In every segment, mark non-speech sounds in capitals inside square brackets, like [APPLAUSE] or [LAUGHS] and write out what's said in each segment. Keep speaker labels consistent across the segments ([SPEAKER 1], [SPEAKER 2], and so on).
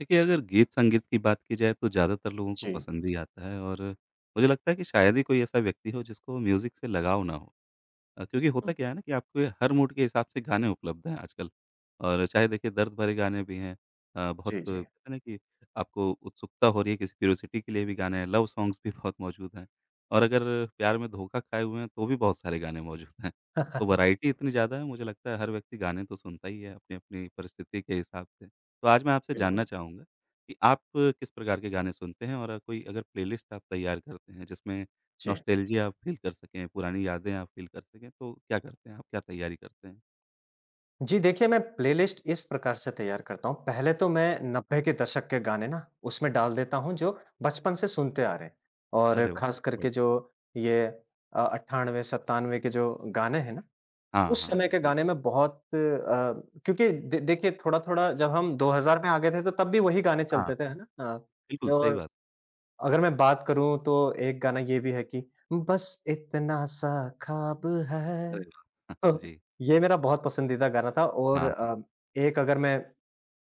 [SPEAKER 1] देखिए, अगर गीत-संगीत की बात की जाए तो ज़्यादातर लोगों को
[SPEAKER 2] जी।
[SPEAKER 1] पसंद ही आता है और मुझे लगता है कि शायद ही कोई ऐसा व्यक्ति हो जिसको म्यूज़िक से लगाव ना हो। क्योंकि होता
[SPEAKER 2] हुँ।
[SPEAKER 1] क्या है ना कि आपके हर मूड के हिसाब से गाने उपलब्ध हैं आजकल और चाहे देखिए दर्द भरे गाने भी हैं। बहुत
[SPEAKER 2] जी,
[SPEAKER 1] कहते
[SPEAKER 2] जी।
[SPEAKER 1] हैं ना कि आपको उत्सुकता हो रही है किसी क्यूरियोसिटी के लिए भी गाने हैं, लव सॉन्ग्स भी [LAUGHS] बहुत मौजूद हैं और अगर प्यार में धोखा खाए हुए हैं तो भी बहुत सारे गाने मौजूद हैं। तो
[SPEAKER 2] [LAUGHS]
[SPEAKER 1] वैरायटी इतनी ज़्यादा है, मुझे लगता है हर व्यक्ति गाने तो सुनता ही है अपनी अपनी परिस्थिति के हिसाब से। तो आज मैं आपसे जानना
[SPEAKER 2] बिल्कुल।
[SPEAKER 1] चाहूँगा कि आप किस प्रकार के गाने सुनते हैं और कोई अगर प्लेलिस्ट आप तैयार करते हैं जिसमें
[SPEAKER 2] जी।
[SPEAKER 1] नॉस्टैल्जिया आप फ़ील कर सकें, पुरानी यादें आप फ़ील कर सकें, तो क्या करते हैं आप? क्या तैयारी करते हैं?
[SPEAKER 2] जी, देखिए मैं प्लेलिस्ट इस प्रकार से तैयार करता हूँ। पहले तो मैं 90 के दशक के गाने ना उसमें डाल देता हूँ जो बचपन से सुनते आ रहे हैं और
[SPEAKER 1] अरे वाह!
[SPEAKER 2] ख़ास करके जो
[SPEAKER 1] बढ़िया।
[SPEAKER 2] ये 98-97 के जो गाने हैं ना,
[SPEAKER 1] हाँ,
[SPEAKER 2] उस
[SPEAKER 1] हाँ,
[SPEAKER 2] समय के
[SPEAKER 1] जी।
[SPEAKER 2] गाने में बहुत क्योंकि दे देखिए थोड़ा-थोड़ा जब हम 2000 में आ गए थे तो तब भी वही गाने
[SPEAKER 1] हाँ,
[SPEAKER 2] चलते थे, है ना? हाँ।
[SPEAKER 1] बिल्कुल सही
[SPEAKER 2] और
[SPEAKER 1] बात।
[SPEAKER 2] अगर मैं बात करूँ तो एक गाना ये भी है कि बस इतना सा ख़्वाब
[SPEAKER 1] अरे
[SPEAKER 2] है।
[SPEAKER 1] वाह! [LAUGHS] हाँ,
[SPEAKER 2] [LAUGHS]
[SPEAKER 1] जी।
[SPEAKER 2] ये मेरा बहुत पसंदीदा गाना था और
[SPEAKER 1] हाँ,
[SPEAKER 2] एक अगर मैं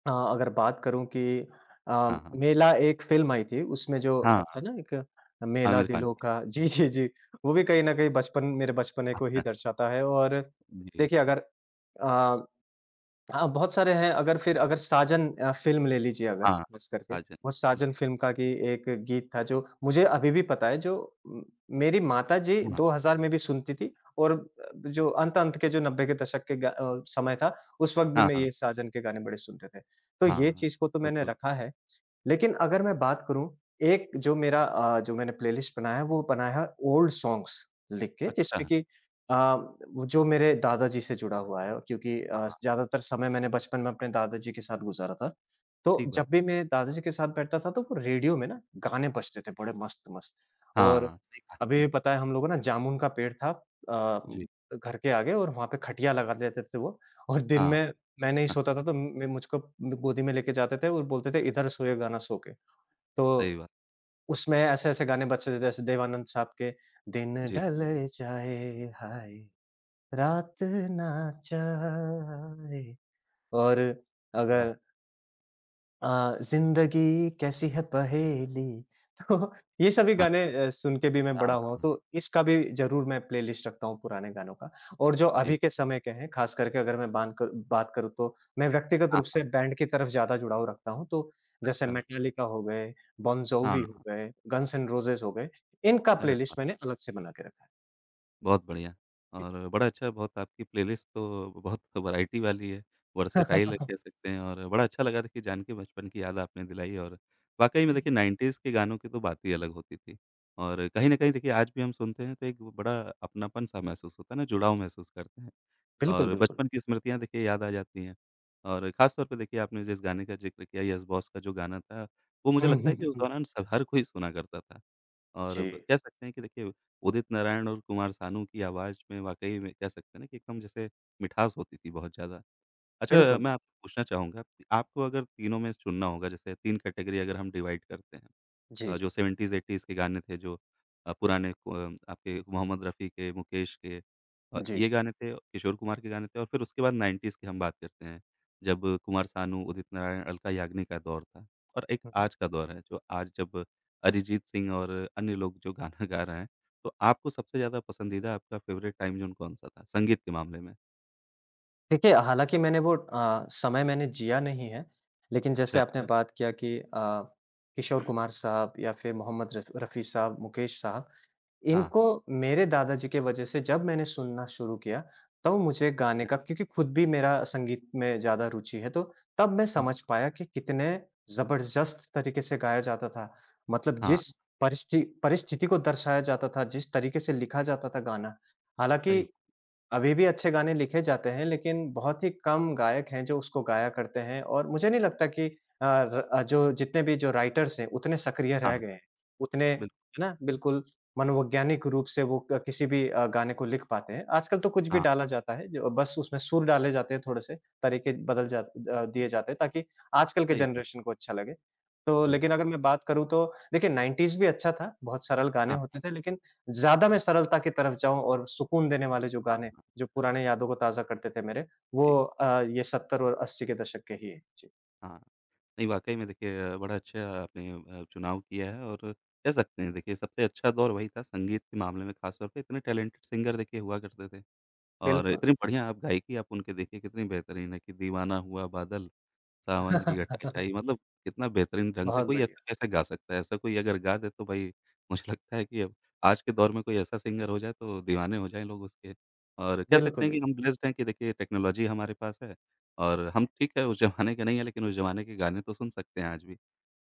[SPEAKER 2] अगर बात करूँ कि अ,
[SPEAKER 1] हाँ, हाँ।
[SPEAKER 2] मेला एक फ़िल्म आई थी, उसमें जो
[SPEAKER 1] हाँ,
[SPEAKER 2] था ना एक मेला
[SPEAKER 1] आमिर खान
[SPEAKER 2] दिलों
[SPEAKER 1] की।
[SPEAKER 2] का। [LAUGHS] जी, जी,
[SPEAKER 1] जी।
[SPEAKER 2] जी। वो भी कहीं न कहीं बचपन मेरे बचपने को ही
[SPEAKER 1] [LAUGHS]
[SPEAKER 2] दर्शाता है और
[SPEAKER 1] जी।
[SPEAKER 2] देखिए अगर अ हाँ, बहुत सारे हैं अगर फिर अगर साजन फ़िल्म ले लीजिए अगर
[SPEAKER 1] हाँ,
[SPEAKER 2] ख़ास करके,
[SPEAKER 1] साजन।
[SPEAKER 2] वो
[SPEAKER 1] जी।
[SPEAKER 2] साजन फ़िल्म का कि एक गीत था जो मुझे अभी भी पता है जो उम, मेरी माताजी
[SPEAKER 1] हाँ,
[SPEAKER 2] 2000 में भी सुनती थी और जो अंत-अंत के जो 90 के दशक के समय था, उस वक़्त भी
[SPEAKER 1] हाँ,
[SPEAKER 2] मैं
[SPEAKER 1] हाँ।
[SPEAKER 2] ये साजन के गाने बड़े सुनते थे। तो ये
[SPEAKER 1] हाँ,
[SPEAKER 2] चीज़ को तो मैंने
[SPEAKER 1] बिल्कुल।
[SPEAKER 2] रखा है। लेकिन अगर मैं बात करूँ, एक जो मेरा जो मैंने प्लेलिस्ट बनाया है, वो बनाया है ओल्ड सॉन्ग्स लिख के,
[SPEAKER 1] अच्छा
[SPEAKER 2] जिसमें
[SPEAKER 1] है।
[SPEAKER 2] कि अ, वो जो मेरे दादाजी से जुड़ा हुआ है क्योंकि
[SPEAKER 1] हाँ,
[SPEAKER 2] ज़्यादातर समय मैंने बचपन में अपने दादाजी के साथ गुज़ारा था। तो
[SPEAKER 1] ठीक
[SPEAKER 2] जब
[SPEAKER 1] बात।
[SPEAKER 2] भी मैं दादाजी के साथ बैठता था, तो वो रेडियो में ना गाने बजते थे बड़े मस्त-मस्त। और
[SPEAKER 1] हाँ, सही कहा
[SPEAKER 2] अभी
[SPEAKER 1] आपने।
[SPEAKER 2] भी पता है हम लोगों ना जामुन का पेड़ था अ,
[SPEAKER 1] जी।
[SPEAKER 2] घर के आगे और वहाँ पे खटिया लगा देते थे वो और दिन
[SPEAKER 1] हाँ,
[SPEAKER 2] में मैं नहीं
[SPEAKER 1] हाँ,
[SPEAKER 2] सोता था तो मैं मुझको गोदी में लेके जाते थे और बोलते थे इधर सोएगा ना सो के।
[SPEAKER 1] सही
[SPEAKER 2] तो
[SPEAKER 1] बात।
[SPEAKER 2] उसमें ऐसे-ऐसे गाने बजते थे जैसे देवानंद साहब के दिन
[SPEAKER 1] जी,
[SPEAKER 2] ढल जाए हाय रात ना जाए और
[SPEAKER 1] वाह!
[SPEAKER 2] अगर ज़िंदगी कैसी है पहेली। [LAUGHS] तो ये सभी
[SPEAKER 1] हाँ,
[SPEAKER 2] गाने सुन के भी मैं बड़ा
[SPEAKER 1] हाँ,
[SPEAKER 2] हुआ हूँ,
[SPEAKER 1] हाँ।
[SPEAKER 2] तो इसका भी ज़रूर मैं प्लेलिस्ट रखता हूँ पुराने गानों का। और जो
[SPEAKER 1] जी।
[SPEAKER 2] अभी के समय के हैं, ख़ास करके अगर मैं बान कर बात करूँ तो मैं व्यक्तिगत
[SPEAKER 1] हाँ,
[SPEAKER 2] रूप से
[SPEAKER 1] हाँ।
[SPEAKER 2] बैंड की तरफ ज़्यादा जुड़ाव रखता हूँ, तो जैसे
[SPEAKER 1] अच्छा।
[SPEAKER 2] मेटालिका हो गए, बॉन
[SPEAKER 1] हाँ,
[SPEAKER 2] जोवी हो
[SPEAKER 1] हाँ।
[SPEAKER 2] गए, गन्स एंड रोज़ेज़ हो गए, इनका
[SPEAKER 1] अरे वाह!
[SPEAKER 2] प्लेलिस्ट मैंने अलग से बना के रखा है।
[SPEAKER 1] बहुत बढ़िया। और बड़ा अच्छा, बहुत आपकी प्लेलिस्ट तो बहुत [LAUGHS] वैरायटी वाली है, वर्सेटाइल है कह
[SPEAKER 2] [LAUGHS]
[SPEAKER 1] सकते हैं, और बड़ा अच्छा लगा देखिए जान के, बचपन की याद आपने दिलाई। और वाक़ई में
[SPEAKER 2] जी। जी,
[SPEAKER 1] देखिए 90s के गानों की तो बात ही अलग होती थी और कहीं न कहीं देखिए आज भी हम सुनते हैं तो एक बड़ा अपनापन-सा महसूस होता है ना, जुड़ाव महसूस करते हैं।
[SPEAKER 2] बिल्कुल,
[SPEAKER 1] और
[SPEAKER 2] बिल्कुल।
[SPEAKER 1] बचपन की स्मृतियाँ देखिए याद आ जाती हैं। और ख़ास तौर पे देखिए आपने जिस गाने का ज़िक्र किया, यस बॉस का जो गाना था, वो
[SPEAKER 2] [LAUGHS]
[SPEAKER 1] मुझे
[SPEAKER 2] हुँ,
[SPEAKER 1] लगता
[SPEAKER 2] हुँ,
[SPEAKER 1] है कि
[SPEAKER 2] हुँ,
[SPEAKER 1] उस
[SPEAKER 2] हुँ।
[SPEAKER 1] दौरान सब, हर कोई सुना करता था। और ब
[SPEAKER 2] जी,
[SPEAKER 1] कह सकते हैं कि देखिए उदित नारायण और कुमार सानू की आवाज़ में वाक़ई में कह सकते हैं ना कि एकदम जैसे मिठास होती थी बहुत ज़्यादा। अच्छा,
[SPEAKER 2] बिल्कुल।
[SPEAKER 1] मैं
[SPEAKER 2] बिल्कुल।
[SPEAKER 1] आपसे पूछना चाहूँगा कि आपको अगर तीनों में चुनना होगा, जैसे 3 कैटेगरी अगर हम डिवाइड करते हैं,
[SPEAKER 2] जी, जी।
[SPEAKER 1] जो 70s 80s के गाने थे, जो पुराने को, आपके मोहम्मद रफ़ी के, मुकेश के,
[SPEAKER 2] जी, जी।
[SPEAKER 1] ये गाने थे, किशोर कुमार के गाने थे, और फिर उसके बाद 90s की हम बात करते हैं, जब कुमार सानू, उदित नारायण, अलका याग्निक का दौर था, और एक
[SPEAKER 2] हुँ, हुँ।
[SPEAKER 1] आज का दौर है, जो आज जब अरिजीत सिंह और अन्य लोग जो गाना गा रहे हैं। तो आपको सबसे ज़्यादा पसंदीदा, आपका फ़ेवरेट टाइम ज़ोन कौन-सा था, संगीत के मामले में?
[SPEAKER 2] देखिए, हालाँकि मैंने वो समय मैंने जिया नहीं है, लेकिन जैसे
[SPEAKER 1] अच्छा।
[SPEAKER 2] आपने हुँ। बात किया कि किशोर कुमार साहब या फिर मोहम्मद रफ़ी साहब, मुकेश साहब,
[SPEAKER 1] हाँ,
[SPEAKER 2] इनको
[SPEAKER 1] हाँ।
[SPEAKER 2] मेरे दादाजी के वजह से जब मैंने सुनना शुरू किया, तब मुझे गाने
[SPEAKER 1] क्या?
[SPEAKER 2] का क्योंकि खुद भी मेरा संगीत में ज़्यादा रुचि है, तो तब मैं समझ पाया कि कितने ज़बरदस्त तरीके से गाया जाता था। मतलब
[SPEAKER 1] हाँ।
[SPEAKER 2] जिस परिस्थिति को दर्शाया जाता था, जिस तरीके से लिखा जाता था गाना, हालाँकि
[SPEAKER 1] सही
[SPEAKER 2] अभी भी अच्छे गाने लिखे जाते हैं, लेकिन बहुत ही कम गायक हैं जो उसको गाया करते हैं और मुझे नहीं लगता कि जो जितने भी जो राइटर्स हैं, उतने सक्रिय रह
[SPEAKER 1] हाँ,
[SPEAKER 2] गए हैं। उतने है
[SPEAKER 1] बिल्कुल,
[SPEAKER 2] ना? बिल्कुल मनोवैज्ञानिक रूप से वो क किसी भी गाने को लिख पाते हैं। आजकल तो कुछ भी
[SPEAKER 1] हाँ,
[SPEAKER 2] डाला जाता है, जो बस उसमें सुर डाले जाते हैं थोड़े-से, तरीके दिए जाते हैं ताकि आजकल के
[SPEAKER 1] सही बात।
[SPEAKER 2] जनरेशन को अच्छा लगे। तो
[SPEAKER 1] जी,
[SPEAKER 2] लेकिन अगर मैं बात करूँ तो देखिए 90s भी अच्छा था, बहुत सरल गाने
[SPEAKER 1] हाँ,
[SPEAKER 2] होते थे, लेकिन ज़्यादा मैं सरलता की तरफ जाऊँ और सुकून देने वाले जो
[SPEAKER 1] हाँ,
[SPEAKER 2] गाने
[SPEAKER 1] हाँ,
[SPEAKER 2] जो पुराने यादों को ताज़ा करते थे मेरे, वो
[SPEAKER 1] जी,
[SPEAKER 2] ये 70 और 80 के दशक के ही हैं। जी,
[SPEAKER 1] हाँ। नहीं, वाक़ई में देखिए बड़ा अच्छा आपने चुनाव किया है और कह सकते हैं देखिए सबसे अच्छा दौर वही था संगीत के मामले में, ख़ास तौर पे इतने टैलेंटेड सिंगर देखिए हुआ करते थे और
[SPEAKER 2] बिल्कुल।
[SPEAKER 1] इतनी बढ़िया आप गायकी आप उनके देखिए कितनी बेहतरीन है कि दीवाना हुआ बादल, सावन की घटाचाई,
[SPEAKER 2] [LAUGHS]
[SPEAKER 1] मतलब कितना बेहतरीन ढंग से!
[SPEAKER 2] बहुत
[SPEAKER 1] कोई
[SPEAKER 2] बढ़िया।
[SPEAKER 1] ऐसा कैसे गा सकता है? ऐसा कोई अगर गा दे तो भाई, मुझे लगता है कि अब आज के दौर में कोई ऐसा सिंगर हो जाए तो दीवाने हो जाएँ लोग उसके। और कह सकते
[SPEAKER 2] बिल्कुल,
[SPEAKER 1] हैं कि
[SPEAKER 2] बिल्कुल।
[SPEAKER 1] हम ब्लेस्ड हैं कि देखिए टेक्नोलॉज़ी हमारे पास है और हम ठीक है उस ज़माने के नहीं है लेकिन उस ज़माने के गाने तो सुन सकते हैं आज भी।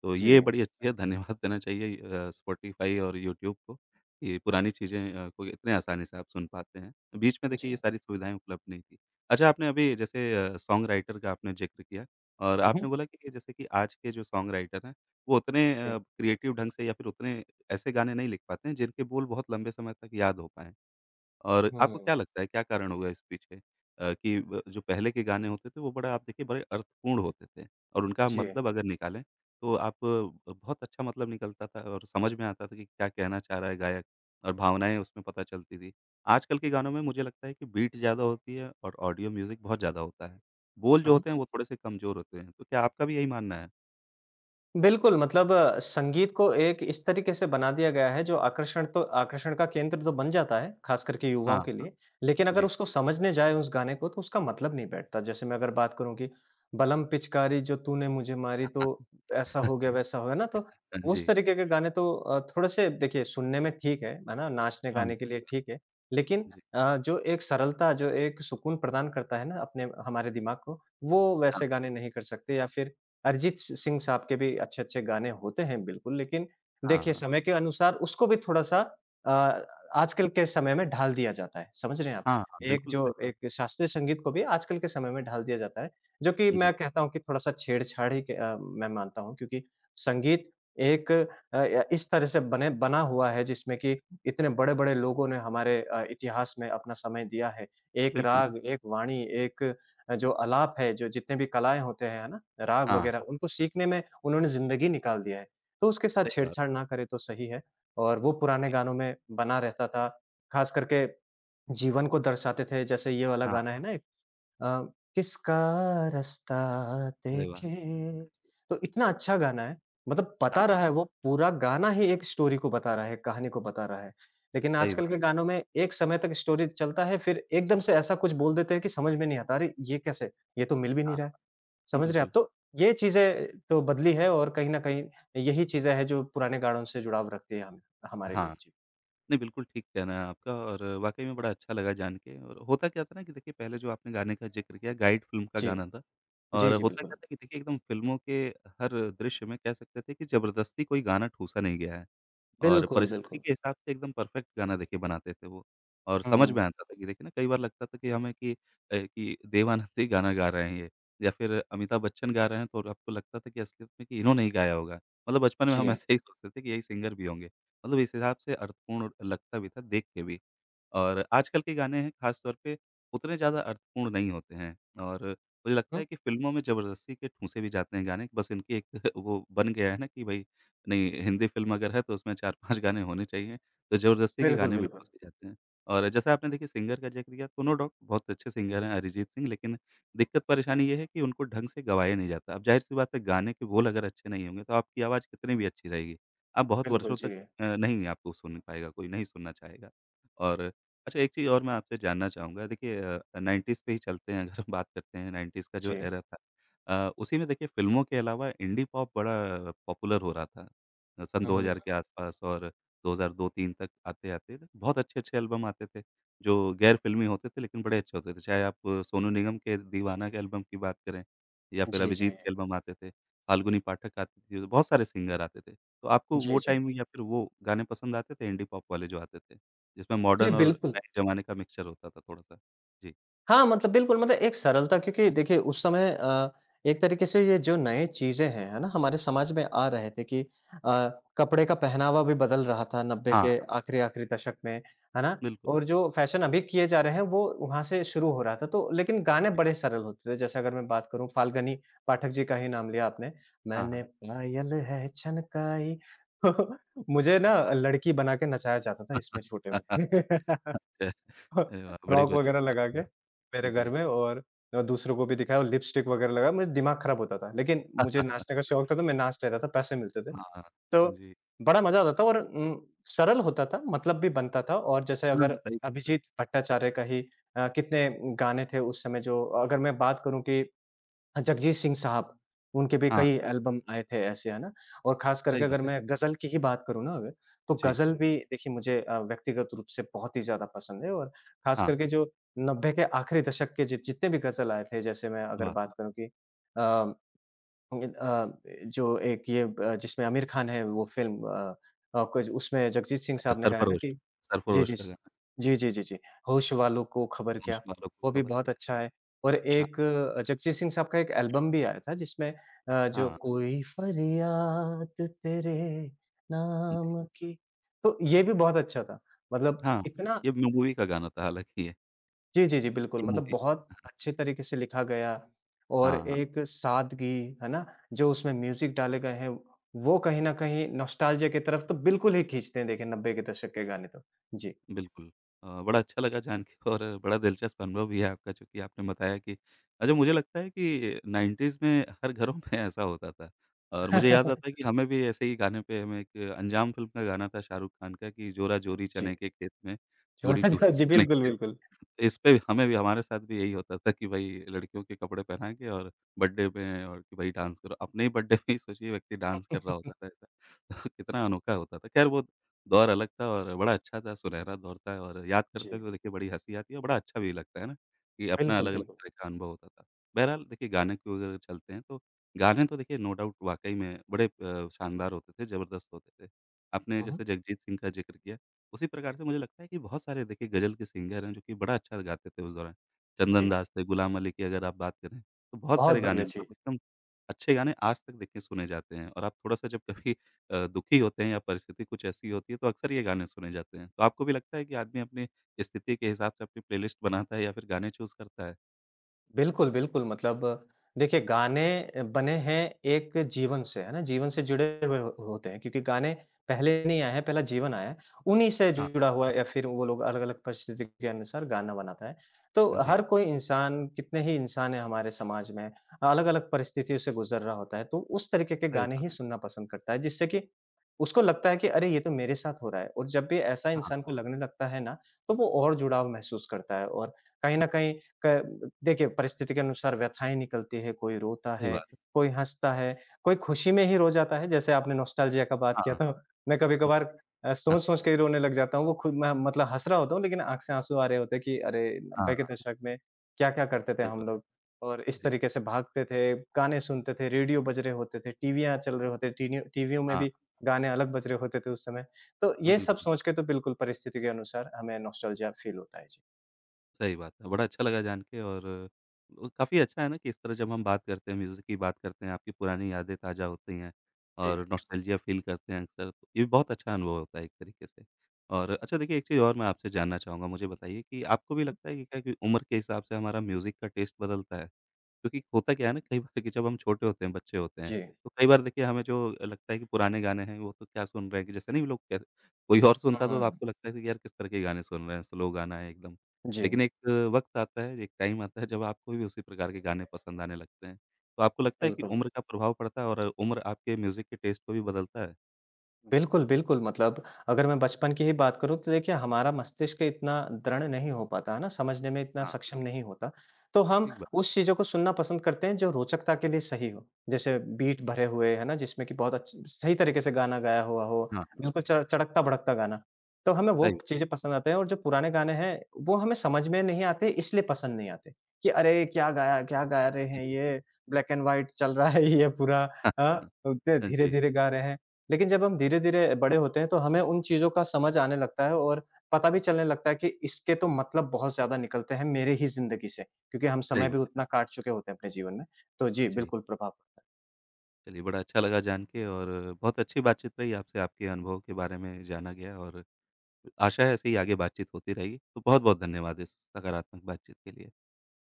[SPEAKER 1] तो ये
[SPEAKER 2] जी,
[SPEAKER 1] बड़ी अच्छी है, धन्यवाद देना चाहिए स्पॉटिफ़ाई और यूट्यूब को कि पुरानी चीज़ें को इतने आसानी से आप सुन पाते हैं। बीच में देखिए
[SPEAKER 2] जी।
[SPEAKER 1] ये सारी सुविधाएँ उपलब्ध नहीं थी। अच्छा, आपने अभी जैसे सॉन्ग राइटर का आपने ज़िक्र किया और
[SPEAKER 2] हुँ,
[SPEAKER 1] आपने
[SPEAKER 2] हुँ।
[SPEAKER 1] बोला कि जैसे कि आज के जो सॉन्ग राइटर हैं, वो उतने
[SPEAKER 2] जी,
[SPEAKER 1] क्रिएटिव ढंग से या फिर उतने ऐसे गाने नहीं लिख पाते हैं जिनके बोल बहुत लंबे समय तक याद हो पाएँ। और आपको
[SPEAKER 2] हुँ।
[SPEAKER 1] क्या लगता है, क्या कारण होगा इस पीछे? कि ब जो पहले के गाने होते थे, वो बड़ा आप देखिए बड़े अर्थपूर्ण होते थे और उनका
[SPEAKER 2] जी।
[SPEAKER 1] मतलब अगर निकालें तो आप बहुत अच्छा मतलब निकलता था और समझ में आता था कि क्या कहना चाह रहा है गायक, और भावनाएँ उसमें पता चलती थी। आजकल के गानों में मुझे लगता है कि बीट ज़्यादा होती है और ऑडियो म्यूज़िक बहुत ज़्यादा होता है। बोल
[SPEAKER 2] हुँ,
[SPEAKER 1] जो
[SPEAKER 2] हुँ।
[SPEAKER 1] होते हैं वो थोड़े-से कमज़ोर होते हैं। तो क्या आपका भी यही मानना है?
[SPEAKER 2] बिल्कुल, मतलब संगीत को एक इस तरीके से बना दिया गया है जो आकर्षण तो आकर्षण का केंद्र तो बन जाता है, ख़ास करके युवाओं
[SPEAKER 1] हाँ,
[SPEAKER 2] के लिए। लेकिन अगर
[SPEAKER 1] जी।
[SPEAKER 2] उसको समझने जाएँ उस गाने को तो उसका मतलब नहीं बैठता। जैसे मैं अगर बात करूँ कि बलम पिचकारी जो तूने मुझे मारी तो ऐसा हो
[SPEAKER 1] [LAUGHS]
[SPEAKER 2] गया वैसा हो गया ना, तो उस
[SPEAKER 1] जी।
[SPEAKER 2] तरीके के गाने तो थोड़े-से देखिए सुनने में ठीक है ना? नाचने
[SPEAKER 1] हाँ,
[SPEAKER 2] गाने के
[SPEAKER 1] ठीक
[SPEAKER 2] लिए
[SPEAKER 1] बात।
[SPEAKER 2] ठीक है। लेकिन
[SPEAKER 1] जी।
[SPEAKER 2] जो एक सरलता जो एक सुकून प्रदान करता है ना अपने हमारे दिमाग को, वो
[SPEAKER 1] हाँ,
[SPEAKER 2] वैसे गाने नहीं कर सकते या फिर अरिजीत सि सिंह साहब के भी अच्छे-अच्छे गाने होते हैं बिल्कुल, लेकिन
[SPEAKER 1] हाँ,
[SPEAKER 2] देखिए
[SPEAKER 1] हाँ।
[SPEAKER 2] समय के अनुसार उसको भी थोड़ा-सा अ, आजकल के समय में ढाल दिया जाता है, समझ रहे हैं आप?
[SPEAKER 1] हाँ, हाँ,
[SPEAKER 2] एक
[SPEAKER 1] बिल्कुल
[SPEAKER 2] जो
[SPEAKER 1] सही बात।
[SPEAKER 2] एक शास्त्रीय संगीत को भी आजकल के समय में ढाल दिया जाता है, जो कि
[SPEAKER 1] जी,
[SPEAKER 2] मैं कहता हूँ कि थोड़ा-सा छेड़छाड़ ही मैं मानता हूँ क्योंकि संगीत एक अ, य इस तरह से बने बना हुआ है जिसमें कि इतने बड़े-बड़े लोगों ने हमारे इतिहास में अपना समय दिया है। एक
[SPEAKER 1] बिल्कुल।
[SPEAKER 2] राग, एक वाणी, एक जो आलाप है, जो जितने भी कलाएँ होते हैं, है ना? राग
[SPEAKER 1] हाँ,
[SPEAKER 2] वगैरह उनको सीखने में उन्होंने ज़िंदगी निकाल दिया है। तो उसके साथ
[SPEAKER 1] सही बात।
[SPEAKER 2] छेड़छाड़ ना करें तो सही है और वो पुराने
[SPEAKER 1] जी,
[SPEAKER 2] गानों में बना रहता था। ख़ास करके जीवन को दर्शाते थे जैसे ये वाला
[SPEAKER 1] हाँ,
[SPEAKER 2] गाना है ना एक अ, किसका रास्ता
[SPEAKER 1] अरे वाह!
[SPEAKER 2] देखे तो इतना अच्छा गाना है। मतलब
[SPEAKER 1] हाँ,
[SPEAKER 2] बता रहा
[SPEAKER 1] हाँ,
[SPEAKER 2] है वो पूरा गाना ही एक स्टोरी को बता रहा है, कहानी को बता रहा है। लेकिन
[SPEAKER 1] सही
[SPEAKER 2] आजकल
[SPEAKER 1] बात,
[SPEAKER 2] के गानों में एक समय तक स्टोरी चलता है फिर एकदम से ऐसा कुछ बोल देते हैं कि समझ में नहीं आता अरे! ये कैसे? ये तो मिल भी नहीं
[SPEAKER 1] हाँ,
[SPEAKER 2] रहा है।
[SPEAKER 1] हाँ,
[SPEAKER 2] समझ रहे हैं आप?
[SPEAKER 1] बिल्कुल,
[SPEAKER 2] तो ये चीज़ें तो बदली है और कहीं न कहीं यही चीज़ें हैं जो पुराने गानों से जुड़ाव रखती है हम हमारे लिए।
[SPEAKER 1] हाँ,
[SPEAKER 2] जी।
[SPEAKER 1] नहीं, बिल्कुल ठीक कहना है आपका और वाक़ई में बड़ा अच्छा लगा जान के। और होता क्या था ना कि देखिए पहले जो आपने गाने का ज़िक्र किया, गाइड फ़िल्म का
[SPEAKER 2] जी।
[SPEAKER 1] गाना था,
[SPEAKER 2] जी,
[SPEAKER 1] और
[SPEAKER 2] जी
[SPEAKER 1] होता क्या
[SPEAKER 2] बिल्कुल।
[SPEAKER 1] था कि देखिए एकदम फ़िल्मों के हर दृश्य में कह सकते थे कि ज़बरदस्ती कोई गाना ठूँसा नहीं गया है। और
[SPEAKER 2] बिल्कुल,
[SPEAKER 1] परिस्थिति
[SPEAKER 2] बिल्कुल।
[SPEAKER 1] के हिसाब से एकदम परफेक्ट गाना देखिए बनाते थे वो। और समझ
[SPEAKER 2] हुँ।
[SPEAKER 1] में आता था कि देखिए ना, कई बार लगता था कि हमें कि कि देव आनंद ही गाना गा रहे हैं ये, या फिर अमिताभ बच्चन गा रहे हैं, तो आपको लगता था कि असलियत में कि इन्होंने ही गाया होगा। मतलब बचपन में हम [LAUGHS]
[SPEAKER 2] जी।
[SPEAKER 1] ऐसे ही सोचते थे कि यही सिंगर भी होंगे। मतलब इस हिसाब से अर्थपूर्ण लगता भी था देख के भी। और आजकल के गाने हैं ख़ास तौर पे उतने ज़्यादा अर्थपूर्ण नहीं होते हैं और मुझे लगता
[SPEAKER 2] हुँ।
[SPEAKER 1] है कि फ़िल्मों में ज़बरदस्ती के ठूँसे भी जाते हैं गाने, बस इनकी एक [LAUGHS] वो बन गया है ना कि भई नहीं, हिंदी फ़िल्म अगर है तो उसमें 4-5 गाने होने चाहिए, तो ज़बरदस्ती के
[SPEAKER 2] बिल्कुल,
[SPEAKER 1] गाने भी
[SPEAKER 2] बिल्कुल।
[SPEAKER 1] पूछे जाते हैं। और जैसा आपने देखिए सिंगर का ज़िक्र किया, सोनू डॉग बहुत अच्छे सिंगर हैं, अरिजीत सिंह, लेकिन दिक्कत परेशानी ये है कि उनको ढंग से गवाया नहीं जाता। अब ज़ाहिर-सी बात है, गाने के बोल अगर अच्छे नहीं होंगे, तो आपकी आवाज़ कितनी भी अच्छी रहेगी, आप बहुत
[SPEAKER 2] बिल्कुल,
[SPEAKER 1] वर्षों तक
[SPEAKER 2] जी।
[SPEAKER 1] नहीं, आपको सुन पाएगा कोई, नहीं सुनना चाहेगा। और अच्छा, एक चीज़ और मैं आपसे जानना चाहूँगा, देखिए 90s पे ही चलते हैं। अगर हम बात करते हैं 90s का
[SPEAKER 2] जी।
[SPEAKER 1] जो एरा था, उसी में देखिए फ़िल्मों के अलावा इंडी पॉप बड़ा पॉपुलर हो रहा था। सन
[SPEAKER 2] हुँ,
[SPEAKER 1] 2000 के आस-पास और 2002-3 तक आते-आते बहुत अच्छे-अच्छे एल्बम आते थे, जो गैर फ़िल्मी होते थे लेकिन बड़े अच्छे होते थे। चाहे आप सोनू निगम के दीवाना के एल्बम की बात करें, या फिर
[SPEAKER 2] जी, जी।
[SPEAKER 1] अभिजीत के एल्बम आते थे, फाल्गुनी पाठक आती थी, तो बहुत सारे सिंगर आते थे। तो आपको
[SPEAKER 2] जी,
[SPEAKER 1] वो
[SPEAKER 2] जी।
[SPEAKER 1] टाइम या फिर वो गाने पसंद आते थे, इंडी पॉप वाले जो आते थे, जिसमें
[SPEAKER 2] जी,
[SPEAKER 1] मॉडर्न और
[SPEAKER 2] बिल्कुल।
[SPEAKER 1] नए ज़माने का मिक्सचर होता था थोड़ा-सा? जी।
[SPEAKER 2] हाँ, मतलब बिल्कुल मतलब एक सरलता क्योंकि देखिए उस समय एक तरीके से ये जो नए चीज़ें हैं, है ना? हमारे समाज में आ रहे थे कि अ, कपड़े का पहनावा भी बदल रहा था 90
[SPEAKER 1] हाँ,
[SPEAKER 2] के
[SPEAKER 1] हाँ,
[SPEAKER 2] आखिरी-आखिरी दशक में, है ना?
[SPEAKER 1] बिल्कुल।
[SPEAKER 2] और जो फ़ैशन अभी किए जा रहे हैं वो वहाँ से शुरू हो रहा था तो लेकिन गाने बड़े सरल होते थे। जैसे अगर मैं बात करूँ फाल्गुनी पाठक जी का ही नाम लिया आपने,
[SPEAKER 1] हाँ,
[SPEAKER 2] मैंने
[SPEAKER 1] हाँ।
[SPEAKER 2] पायल है छनकाई। [LAUGHS] मुझे ना लड़की बना के नचाया जाता था इसमें
[SPEAKER 1] [LAUGHS]
[SPEAKER 2] छोटे में।
[SPEAKER 1] अच्छा।
[SPEAKER 2] [LAUGHS] [LAUGHS]
[SPEAKER 1] अरे वाह! बड़ी
[SPEAKER 2] फ्रॉक
[SPEAKER 1] रोचक
[SPEAKER 2] वगैरह
[SPEAKER 1] बात
[SPEAKER 2] लगा के
[SPEAKER 1] है।
[SPEAKER 2] मेरे घर
[SPEAKER 1] जी।
[SPEAKER 2] में और दूसरों को भी दिखाया और लिपस्टिक वगैरह लगा, मुझे दिमाग खराब होता था। लेकिन मुझे नाचने
[SPEAKER 1] [LAUGHS]
[SPEAKER 2] का शौक था तो मैं नाच लेता था, पैसे मिलते थे।
[SPEAKER 1] हाँ, हाँ।
[SPEAKER 2] तो
[SPEAKER 1] जी।
[SPEAKER 2] बड़ा मज़ा आता था और सरल होता था, मतलब भी बनता था और जैसे
[SPEAKER 1] हाँ,
[SPEAKER 2] अगर
[SPEAKER 1] हाँ, सही बात है।
[SPEAKER 2] अभिजीत भट्टाचार्य का ही कितने गाने थे उस समय जो अगर मैं बात करूँ कि हाँ, जगजीत सिंह साहब, उनके भी
[SPEAKER 1] हाँ,
[SPEAKER 2] कई एल्बम आए थे ऐसे, है ना? और ख़ास करके
[SPEAKER 1] सही बात
[SPEAKER 2] अगर मैं गज़ल की ही बात करूँ ना अगर, तो
[SPEAKER 1] है। जी,
[SPEAKER 2] गज़ल भी देखिए मुझे व्यक्तिगत रूप से बहुत ही ज़्यादा पसंद है और ख़ास
[SPEAKER 1] हाँ, हाँ,
[SPEAKER 2] करके जो 90 के आखिरी दशक के जि जितने भी गज़ल आए थे, जैसे मैं अगर
[SPEAKER 1] वाह!
[SPEAKER 2] बात करूँ कि अ इन अ, जो एक ये जिसमें आमिर खान है वो फ़िल्म कुछ उसमें जगजीत सिंह
[SPEAKER 1] अच्छा,
[SPEAKER 2] साहब ने गाया ना
[SPEAKER 1] सरफ़रोश,
[SPEAKER 2] कि जी,
[SPEAKER 1] सरफ़रोश
[SPEAKER 2] जी,
[SPEAKER 1] का
[SPEAKER 2] स
[SPEAKER 1] गाना,
[SPEAKER 2] जी, जी, जी, जी। होश वालों को खबर
[SPEAKER 1] होश
[SPEAKER 2] क्या,
[SPEAKER 1] वालों को
[SPEAKER 2] वो भी
[SPEAKER 1] खबर
[SPEAKER 2] बहुत
[SPEAKER 1] क्या
[SPEAKER 2] अच्छा
[SPEAKER 1] है?
[SPEAKER 2] है। और
[SPEAKER 1] हाँ,
[SPEAKER 2] एक जगजीत सिंह साहब का एक एल्बम भी आया था जिसमें जो
[SPEAKER 1] हाँ,
[SPEAKER 2] कोई फरियाद तेरे
[SPEAKER 1] जी,
[SPEAKER 2] नाम की, तो ये भी बहुत अच्छा था। मतलब
[SPEAKER 1] हाँ,
[SPEAKER 2] इतना
[SPEAKER 1] ये मूवी का गाना था हालाँकि ये,
[SPEAKER 2] जी, जी, जी, बिल्कुल,
[SPEAKER 1] ये
[SPEAKER 2] मतलब
[SPEAKER 1] मूवी।
[SPEAKER 2] बहुत अच्छे तरीके से लिखा गया और
[SPEAKER 1] हाँ,
[SPEAKER 2] एक सादगी, है ना? जो उसमें म्यूज़िक डाले गए हैं, वो कहीं न कहीं नॉस्टैल्जिया की तरफ तो बिल्कुल ही खींचते हैं, देखिए 90 के दशक के गाने तो। जी।
[SPEAKER 1] बिल्कुल। बड़ा अच्छा लगा जान के और बड़ा दिलचस्प अनुभव भी है आपका, चूँकि आपने बताया कि अच्छा, मुझे लगता है कि 90s में हर घरों में ऐसा होता था, और मुझे याद आता है
[SPEAKER 2] [LAUGHS]
[SPEAKER 1] कि हमें भी ऐसे ही गाने पे हमें एक अंजाम फ़िल्म का गाना था, शाहरुख खान का, कि जोरा-जोरी
[SPEAKER 2] जी,
[SPEAKER 1] चने के खेत में, चूड़ी
[SPEAKER 2] छोरा
[SPEAKER 1] टूटी
[SPEAKER 2] जी,
[SPEAKER 1] चने
[SPEAKER 2] बिल्कुल,
[SPEAKER 1] के,
[SPEAKER 2] बिल्कुल।
[SPEAKER 1] हमें भी, हमारे साथ भी यही होता था कि भई लड़कियों के कपड़े पहना के और बर्थडे में, और कि भई डांस करो। अपने ही बर्थडे में ही सोचिए, व्यक्ति डांस कर रहा होता था
[SPEAKER 2] [LAUGHS]
[SPEAKER 1] ऐसा। [LAUGHS] तो कितना अनोखा होता था। ख़ैर, वो दौर अलग था और बड़ा अच्छा था, सुनहरा दौर था, और याद करते
[SPEAKER 2] जी,
[SPEAKER 1] हैं तो देखिए बड़ी हँसी आती है और बड़ा अच्छा भी लगता है ना, कि अपना
[SPEAKER 2] बिल्कुल,
[SPEAKER 1] अलग-अलग
[SPEAKER 2] बिल्कुल।
[SPEAKER 1] तरह का अनुभव होता था। बहरहाल देखिए गाने की ओर चलते हैं तो गाने तो देखिए नो डाउट वाक़ई में बड़े शानदार होते थे, ज़बरदस्त होते थे। आपने
[SPEAKER 2] हुँ, हुँ।
[SPEAKER 1] जैसे जगजीत सिंह का ज़िक्र किया। उसी प्रकार से मुझे लगता है कि बहुत सारे देखिए गज़ल के सिंगर हैं जो कि बड़ा अच्छा गाते थे उस दौरान।
[SPEAKER 2] जी,
[SPEAKER 1] चंदन दास थे, गुलाम अली की अगर आप बात करें, तो बहुत
[SPEAKER 2] बहुत
[SPEAKER 1] सारे गाने
[SPEAKER 2] बढ़िया,
[SPEAKER 1] हुँ।
[SPEAKER 2] जी।
[SPEAKER 1] मतलब एकदम अच्छे गाने आज तक देखिए सुने जाते हैं और आप थोड़ा-सा जब कभी दुखी होते हैं या परिस्थिति कुछ ऐसी होती है तो अक्सर ये गाने सुने जाते हैं। तो आपको भी लगता है कि आदमी अपनी स्थिति के हिसाब से अपनी प्लेलिस्ट बनाता है या फिर गाने चूज़ करता है?
[SPEAKER 2] बिल्कुल, बिल्कुल। मतलब देखिए गाने बने हैं एक जीवन से, है ना? जीवन से जुड़े हुए हो होते हैं क्योंकि गाने पहले नहीं आए हैं, पहला जीवन आया है। उन्हीं से
[SPEAKER 1] हाँ।
[SPEAKER 2] जुड़ा हुआ है, या फिर वो लोग अलग-अलग परिस्थिति के अनुसार गाना बनाता है। तो
[SPEAKER 1] जी,
[SPEAKER 2] हर कोई इंसान, कितने ही इंसान हैं हमारे समाज में, अलग-अलग परिस्थितियों से गुज़र रहा होता है, तो उस तरीके के
[SPEAKER 1] सही
[SPEAKER 2] गाने
[SPEAKER 1] बात।
[SPEAKER 2] ही सुनना पसंद करता है जिससे कि उसको लगता है कि अरे! ये तो मेरे साथ हो रहा है और जब भी ऐसा इंसान
[SPEAKER 1] हाँ,
[SPEAKER 2] को लगने लगता है ना, तो वो और जुड़ाव महसूस करता है और कहीं न कहीं क देखिए, परिस्थिति के अनुसार व्यथाएँ निकलती है, कोई रोता
[SPEAKER 1] सही
[SPEAKER 2] है,
[SPEAKER 1] बात है।
[SPEAKER 2] कोई हँसता है, कोई खुशी में ही रो जाता है। जैसे आपने नॉस्टैल्जिया का बात किया
[SPEAKER 1] हाँ,
[SPEAKER 2] तो मैं
[SPEAKER 1] जी।
[SPEAKER 2] कभी-कभार
[SPEAKER 1] हाँ,
[SPEAKER 2] सोच-सोच के ही रोने लग जाता हूँ। वो खुद मैं मतलब हँस रहा होता हूँ लेकिन आँख से आँसू आ रहे होते हैं कि अरे! 90
[SPEAKER 1] हाँ,
[SPEAKER 2] के दशक में क्या-क्या करते थे
[SPEAKER 1] सही
[SPEAKER 2] हम
[SPEAKER 1] बात।
[SPEAKER 2] लोग और इस
[SPEAKER 1] जी,
[SPEAKER 2] तरीके से भागते थे, गाने सुनते थे, रेडियो बज रहे होते थे, टीवियाँ चल रहे होते टीनियो टीवियों में
[SPEAKER 1] हाँ,
[SPEAKER 2] भी गाने अलग बज रहे होते थे उस समय। तो ये सब
[SPEAKER 1] बिल्कुल।
[SPEAKER 2] सोच के तो बिल्कुल परिस्थिति के अनुसार हमें नॉस्टैल्जिया फ़ील होता है। जी।
[SPEAKER 1] सही बात है, बड़ा अच्छा लगा जान के और काफ़ी अच्छा है ना कि इस तरह जब हम बात करते हैं, म्यूज़िक की बात करते हैं, आपकी पुरानी यादें ताज़ा होती हैं
[SPEAKER 2] जी।
[SPEAKER 1] और नॉस्टैल्जिया फ़ील करते हैं अक्सर, तो ये बहुत अच्छा अनुभव होता है एक तरीके से। और अच्छा देखिए, एक चीज़ और मैं आपसे जानना चाहूँगा, मुझे बताइए कि आपको भी लगता है कि क्या कि उम्र के हिसाब से हमारा म्यूज़िक का टेस्ट बदलता है? क्योंकि होता क्या है ना, कई बार कि जब हम छोटे होते हैं, बच्चे होते हैं,
[SPEAKER 2] जी।
[SPEAKER 1] तो कई बार देखिए हमें जो लगता है कि पुराने गाने हैं वो तो क्या सुन रहे हैं, कि जैसे नहीं, लोग कहते, कोई और
[SPEAKER 2] हुँ,
[SPEAKER 1] सुनता तो
[SPEAKER 2] हुँ।
[SPEAKER 1] आपको लगता है कि यार किस तरह के गाने सुन रहे हैं, स्लो गाना है एकदम।
[SPEAKER 2] जी,
[SPEAKER 1] लेकिन एक वक़्त आता है, एक टाइम आता है जब आपको भी उसी प्रकार के गाने पसंद आने लगते हैं। तो आपको लगता है कि
[SPEAKER 2] बिल्कुल।
[SPEAKER 1] उम्र का प्रभाव पड़ता है और उम्र आपके म्यूज़िक के टेस्ट को भी बदलता है?
[SPEAKER 2] बिल्कुल, बिल्कुल। मतलब अगर मैं बचपन की ही बात करूँ तो देखिए हमारा मस्तिष्क इतना दृढ़ नहीं हो पाता, है ना? समझने में इतना
[SPEAKER 1] हाँ,
[SPEAKER 2] सक्षम नहीं होता। तो हम
[SPEAKER 1] ठीक बात है।
[SPEAKER 2] उस चीज़ों को सुनना पसंद करते हैं जो रोचकता के लिए सही हो। जैसे बीट भरे हुए, है ना? जिसमें कि बहुत अच्छ सही तरीके से गाना गाया हुआ हो,
[SPEAKER 1] हाँ, हाँ,
[SPEAKER 2] बिल्कुल च चड़कता-भड़कता गाना। तो हमें वो
[SPEAKER 1] सही बात
[SPEAKER 2] चीज़ें पसंद आते हैं और जो पुराने गाने हैं, वो हमें समझ में नहीं आते इसलिए पसंद नहीं आते कि अरे! क्या गाया क्या गा रहे
[SPEAKER 1] है।
[SPEAKER 2] हैं
[SPEAKER 1] जी,
[SPEAKER 2] ये? ब्लैक एंड व्हाइट चल रहा है ये पूरा।
[SPEAKER 1] हाँ,
[SPEAKER 2] हाँ,
[SPEAKER 1] हाँ,
[SPEAKER 2] उतने
[SPEAKER 1] हाँ, जी,
[SPEAKER 2] धीरे-धीरे गा रहे हैं। लेकिन जब हम धीरे-धीरे बड़े होते हैं, तो हमें उन चीज़ों का समझ आने लगता है और पता भी चलने लगता है कि इसके तो मतलब बहुत ज़्यादा निकलते हैं मेरे ही ज़िंदगी से, क्योंकि हम
[SPEAKER 1] सही
[SPEAKER 2] समय भी
[SPEAKER 1] बात है।
[SPEAKER 2] उतना काट चुके होते हैं अपने जीवन में। तो जी,
[SPEAKER 1] जी।
[SPEAKER 2] बिल्कुल प्रभाव पड़ता है।
[SPEAKER 1] चलिए, बड़ा अच्छा लगा जान के, और बहुत अच्छी बातचीत रही आपसे, आपके अनुभव के बारे में जाना गया, और आशा है ऐसे ही आगे बातचीत होती रहेगी। तो बहुत-बहुत धन्यवाद इस सकारात्मक बातचीत के लिए।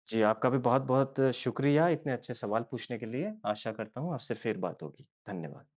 [SPEAKER 2] जी, आपका भी बहुत-बहुत शुक्रिया इतने अच्छे सवाल पूछने के लिए। आशा करता हूँ आपसे फिर बात होगी। धन्यवाद।